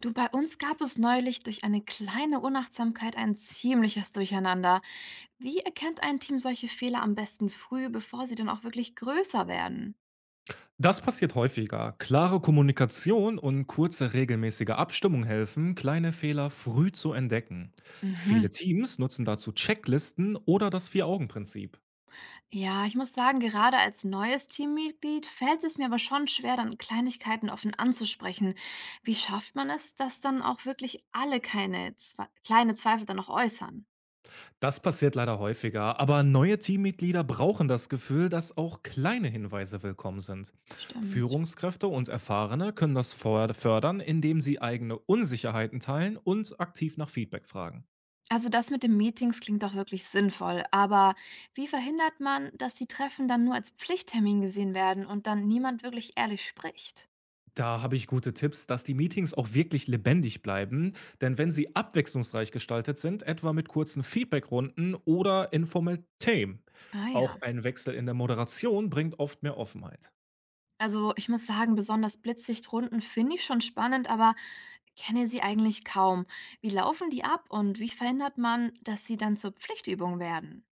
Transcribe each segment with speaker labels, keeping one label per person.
Speaker 1: Du, bei uns gab es neulich durch eine kleine Unachtsamkeit ein ziemliches Durcheinander. Wie erkennt ein Team solche Fehler am besten früh, bevor sie dann auch wirklich größer werden?
Speaker 2: Das passiert häufiger. Klare Kommunikation und kurze regelmäßige Abstimmung helfen, kleine Fehler früh zu entdecken. Viele
Speaker 1: Mhm.
Speaker 2: Teams nutzen dazu Checklisten oder das Vier-Augen-Prinzip.
Speaker 1: Ja, ich muss sagen, gerade als neues Teammitglied fällt es mir aber schon schwer, dann Kleinigkeiten offen anzusprechen. Wie schafft man es, dass dann auch wirklich alle keine zwe kleine Zweifel dann noch äußern?
Speaker 2: Das passiert leider häufiger, aber neue Teammitglieder brauchen das Gefühl, dass auch kleine Hinweise willkommen sind.
Speaker 1: Stimmt.
Speaker 2: Führungskräfte und Erfahrene können das fördern, indem sie eigene Unsicherheiten teilen und aktiv nach Feedback fragen.
Speaker 1: Also das mit den Meetings klingt doch wirklich sinnvoll, aber wie verhindert man, dass die Treffen dann nur als Pflichttermin gesehen werden und dann niemand wirklich ehrlich spricht?
Speaker 2: Da habe ich gute Tipps, dass die Meetings auch wirklich lebendig bleiben, denn wenn sie abwechslungsreich gestaltet sind, etwa mit kurzen Feedbackrunden oder informell Themen,
Speaker 1: Ah ja.
Speaker 2: auch ein Wechsel in der Moderation bringt oft mehr Offenheit.
Speaker 1: Also ich muss sagen, besonders Blitzsichtrunden finde ich schon spannend, aber kenne sie eigentlich kaum. Wie laufen die ab und wie verhindert man, dass sie dann zur Pflichtübung werden?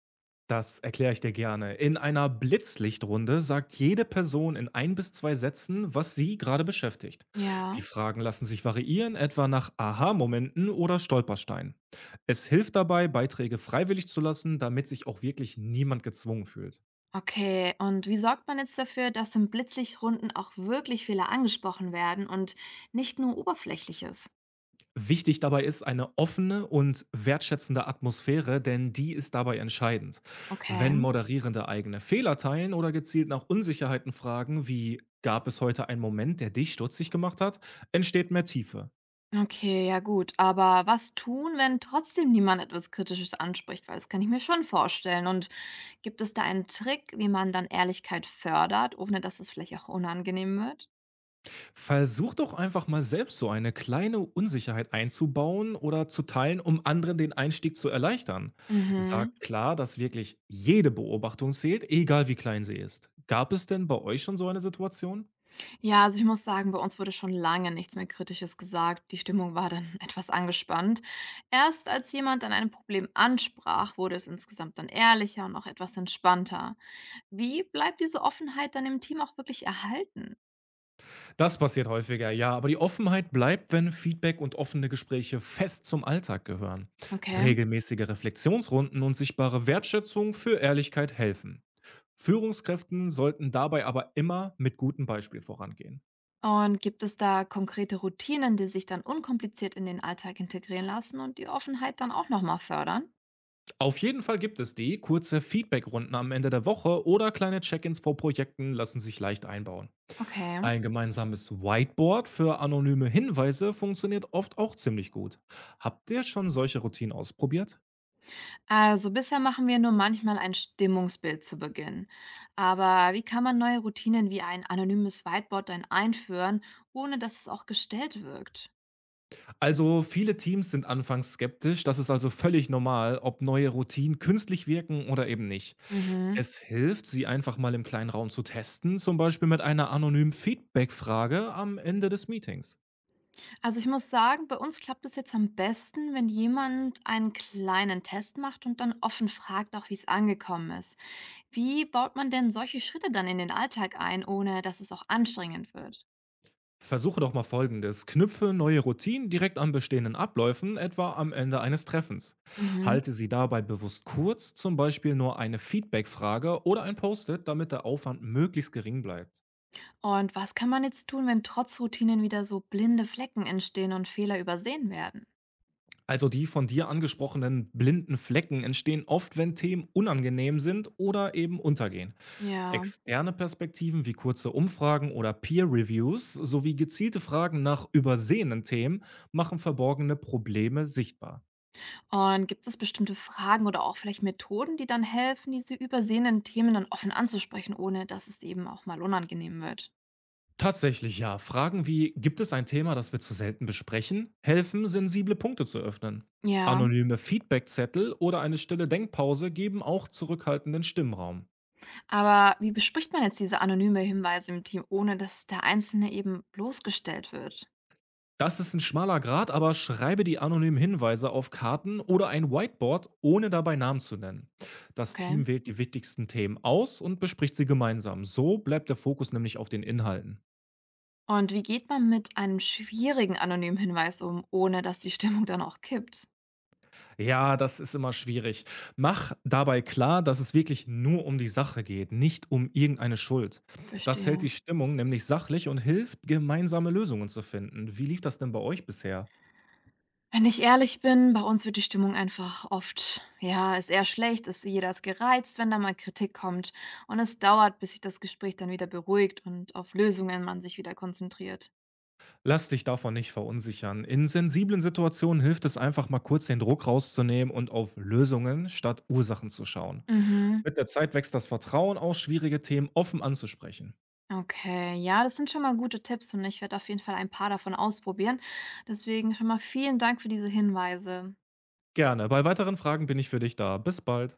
Speaker 2: Das erkläre ich dir gerne. In einer Blitzlichtrunde sagt jede Person in ein bis zwei Sätzen, was sie gerade beschäftigt. Die
Speaker 1: Ja.
Speaker 2: Fragen lassen sich variieren, etwa nach Aha-Momenten oder Stolpersteinen. Es hilft dabei, Beiträge freiwillig zu lassen, damit sich auch wirklich niemand gezwungen fühlt.
Speaker 1: Okay, und wie sorgt man jetzt dafür, dass in Blitzlichtrunden auch wirklich Fehler angesprochen werden und nicht nur Oberflächliches?
Speaker 2: Wichtig dabei ist eine offene und wertschätzende Atmosphäre, denn die ist dabei entscheidend.
Speaker 1: Okay.
Speaker 2: Wenn Moderierende eigene Fehler teilen oder gezielt nach Unsicherheiten fragen, wie gab es heute einen Moment, der dich stutzig gemacht hat, entsteht mehr Tiefe.
Speaker 1: Okay, ja gut. Aber was tun, wenn trotzdem niemand etwas Kritisches anspricht? Weil das kann ich mir schon vorstellen. Und gibt es da einen Trick, wie man dann Ehrlichkeit fördert, ohne dass es vielleicht auch unangenehm wird?
Speaker 2: Versuch doch einfach mal selbst so eine kleine Unsicherheit einzubauen oder zu teilen, um anderen den Einstieg zu erleichtern.
Speaker 1: Mhm.
Speaker 2: Sag klar, dass wirklich jede Beobachtung zählt, egal wie klein sie ist. Gab es denn bei euch schon so eine Situation?
Speaker 1: Ja, also ich muss sagen, bei uns wurde schon lange nichts mehr Kritisches gesagt. Die Stimmung war dann etwas angespannt. Erst als jemand dann ein Problem ansprach, wurde es insgesamt dann ehrlicher und auch etwas entspannter. Wie bleibt diese Offenheit dann im Team auch wirklich erhalten?
Speaker 2: Das passiert häufiger, ja, aber die Offenheit bleibt, wenn Feedback und offene Gespräche fest zum Alltag gehören.
Speaker 1: Okay.
Speaker 2: Regelmäßige Reflexionsrunden und sichtbare Wertschätzung für Ehrlichkeit helfen. Führungskräften sollten dabei aber immer mit gutem Beispiel vorangehen.
Speaker 1: Und gibt es da konkrete Routinen, die sich dann unkompliziert in den Alltag integrieren lassen und die Offenheit dann auch nochmal fördern?
Speaker 2: Auf jeden Fall gibt es die. Kurze Feedbackrunden am Ende der Woche oder kleine Check-ins vor Projekten lassen sich leicht einbauen.
Speaker 1: Okay.
Speaker 2: Ein gemeinsames Whiteboard für anonyme Hinweise funktioniert oft auch ziemlich gut. Habt ihr schon solche Routinen ausprobiert?
Speaker 1: Also bisher machen wir nur manchmal ein Stimmungsbild zu Beginn. Aber wie kann man neue Routinen wie ein anonymes Whiteboard dann einführen, ohne dass es auch gestellt wirkt?
Speaker 2: Also viele Teams sind anfangs skeptisch, das ist also völlig normal, ob neue Routinen künstlich wirken oder eben nicht.
Speaker 1: Mhm.
Speaker 2: Es hilft, sie einfach mal im kleinen Raum zu testen, zum Beispiel mit einer anonymen Feedback-Frage am Ende des Meetings.
Speaker 1: Also ich muss sagen, bei uns klappt es jetzt am besten, wenn jemand einen kleinen Test macht und dann offen fragt, auch wie es angekommen ist. Wie baut man denn solche Schritte dann in den Alltag ein, ohne dass es auch anstrengend wird?
Speaker 2: Versuche doch mal folgendes. Knüpfe neue Routinen direkt an bestehenden Abläufen, etwa am Ende eines Treffens.
Speaker 1: Mhm.
Speaker 2: Halte sie dabei bewusst kurz, zum Beispiel nur eine Feedback-Frage oder ein Post-it, damit der Aufwand möglichst gering bleibt.
Speaker 1: Und was kann man jetzt tun, wenn trotz Routinen wieder so blinde Flecken entstehen und Fehler übersehen werden?
Speaker 2: Also die von dir angesprochenen blinden Flecken entstehen oft, wenn Themen unangenehm sind oder eben untergehen.
Speaker 1: Ja.
Speaker 2: Externe Perspektiven wie kurze Umfragen oder Peer-Reviews sowie gezielte Fragen nach übersehenen Themen machen verborgene Probleme sichtbar.
Speaker 1: Und gibt es bestimmte Fragen oder auch vielleicht Methoden, die dann helfen, diese übersehenen Themen dann offen anzusprechen, ohne dass es eben auch mal unangenehm wird?
Speaker 2: Tatsächlich ja. Fragen wie, gibt es ein Thema, das wir zu selten besprechen, helfen, sensible Punkte zu öffnen.
Speaker 1: Ja.
Speaker 2: Anonyme Feedbackzettel oder eine stille Denkpause geben auch zurückhaltenden Stimmraum.
Speaker 1: Aber wie bespricht man jetzt diese anonyme Hinweise im Team, ohne dass der Einzelne eben bloßgestellt wird?
Speaker 2: Das ist ein schmaler Grat, aber schreibe die anonymen Hinweise auf Karten oder ein Whiteboard, ohne dabei Namen zu nennen. Das
Speaker 1: Okay.
Speaker 2: Team wählt die wichtigsten Themen aus und bespricht sie gemeinsam. So bleibt der Fokus nämlich auf den Inhalten.
Speaker 1: Und wie geht man mit einem schwierigen anonymen Hinweis um, ohne dass die Stimmung dann auch kippt?
Speaker 2: Ja, das ist immer schwierig. Mach dabei klar, dass es wirklich nur um die Sache geht, nicht um irgendeine Schuld. Das hält die
Speaker 1: Verstehe.
Speaker 2: Stimmung nämlich sachlich und hilft, gemeinsame Lösungen zu finden. Wie lief das denn bei euch bisher?
Speaker 1: Wenn ich ehrlich bin, bei uns wird die Stimmung einfach oft, ja, ist eher schlecht, ist jeder ist gereizt, wenn da mal Kritik kommt. Und es dauert, bis sich das Gespräch dann wieder beruhigt und auf Lösungen man sich wieder konzentriert.
Speaker 2: Lass dich davon nicht verunsichern. In sensiblen Situationen hilft es einfach mal kurz den Druck rauszunehmen und auf Lösungen statt Ursachen zu schauen.
Speaker 1: Mhm.
Speaker 2: Mit der Zeit wächst das Vertrauen, auch schwierige Themen offen anzusprechen.
Speaker 1: Okay, ja, das sind schon mal gute Tipps und ich werde auf jeden Fall ein paar davon ausprobieren. Deswegen schon mal vielen Dank für diese Hinweise.
Speaker 2: Gerne. Bei weiteren Fragen bin ich für dich da. Bis bald.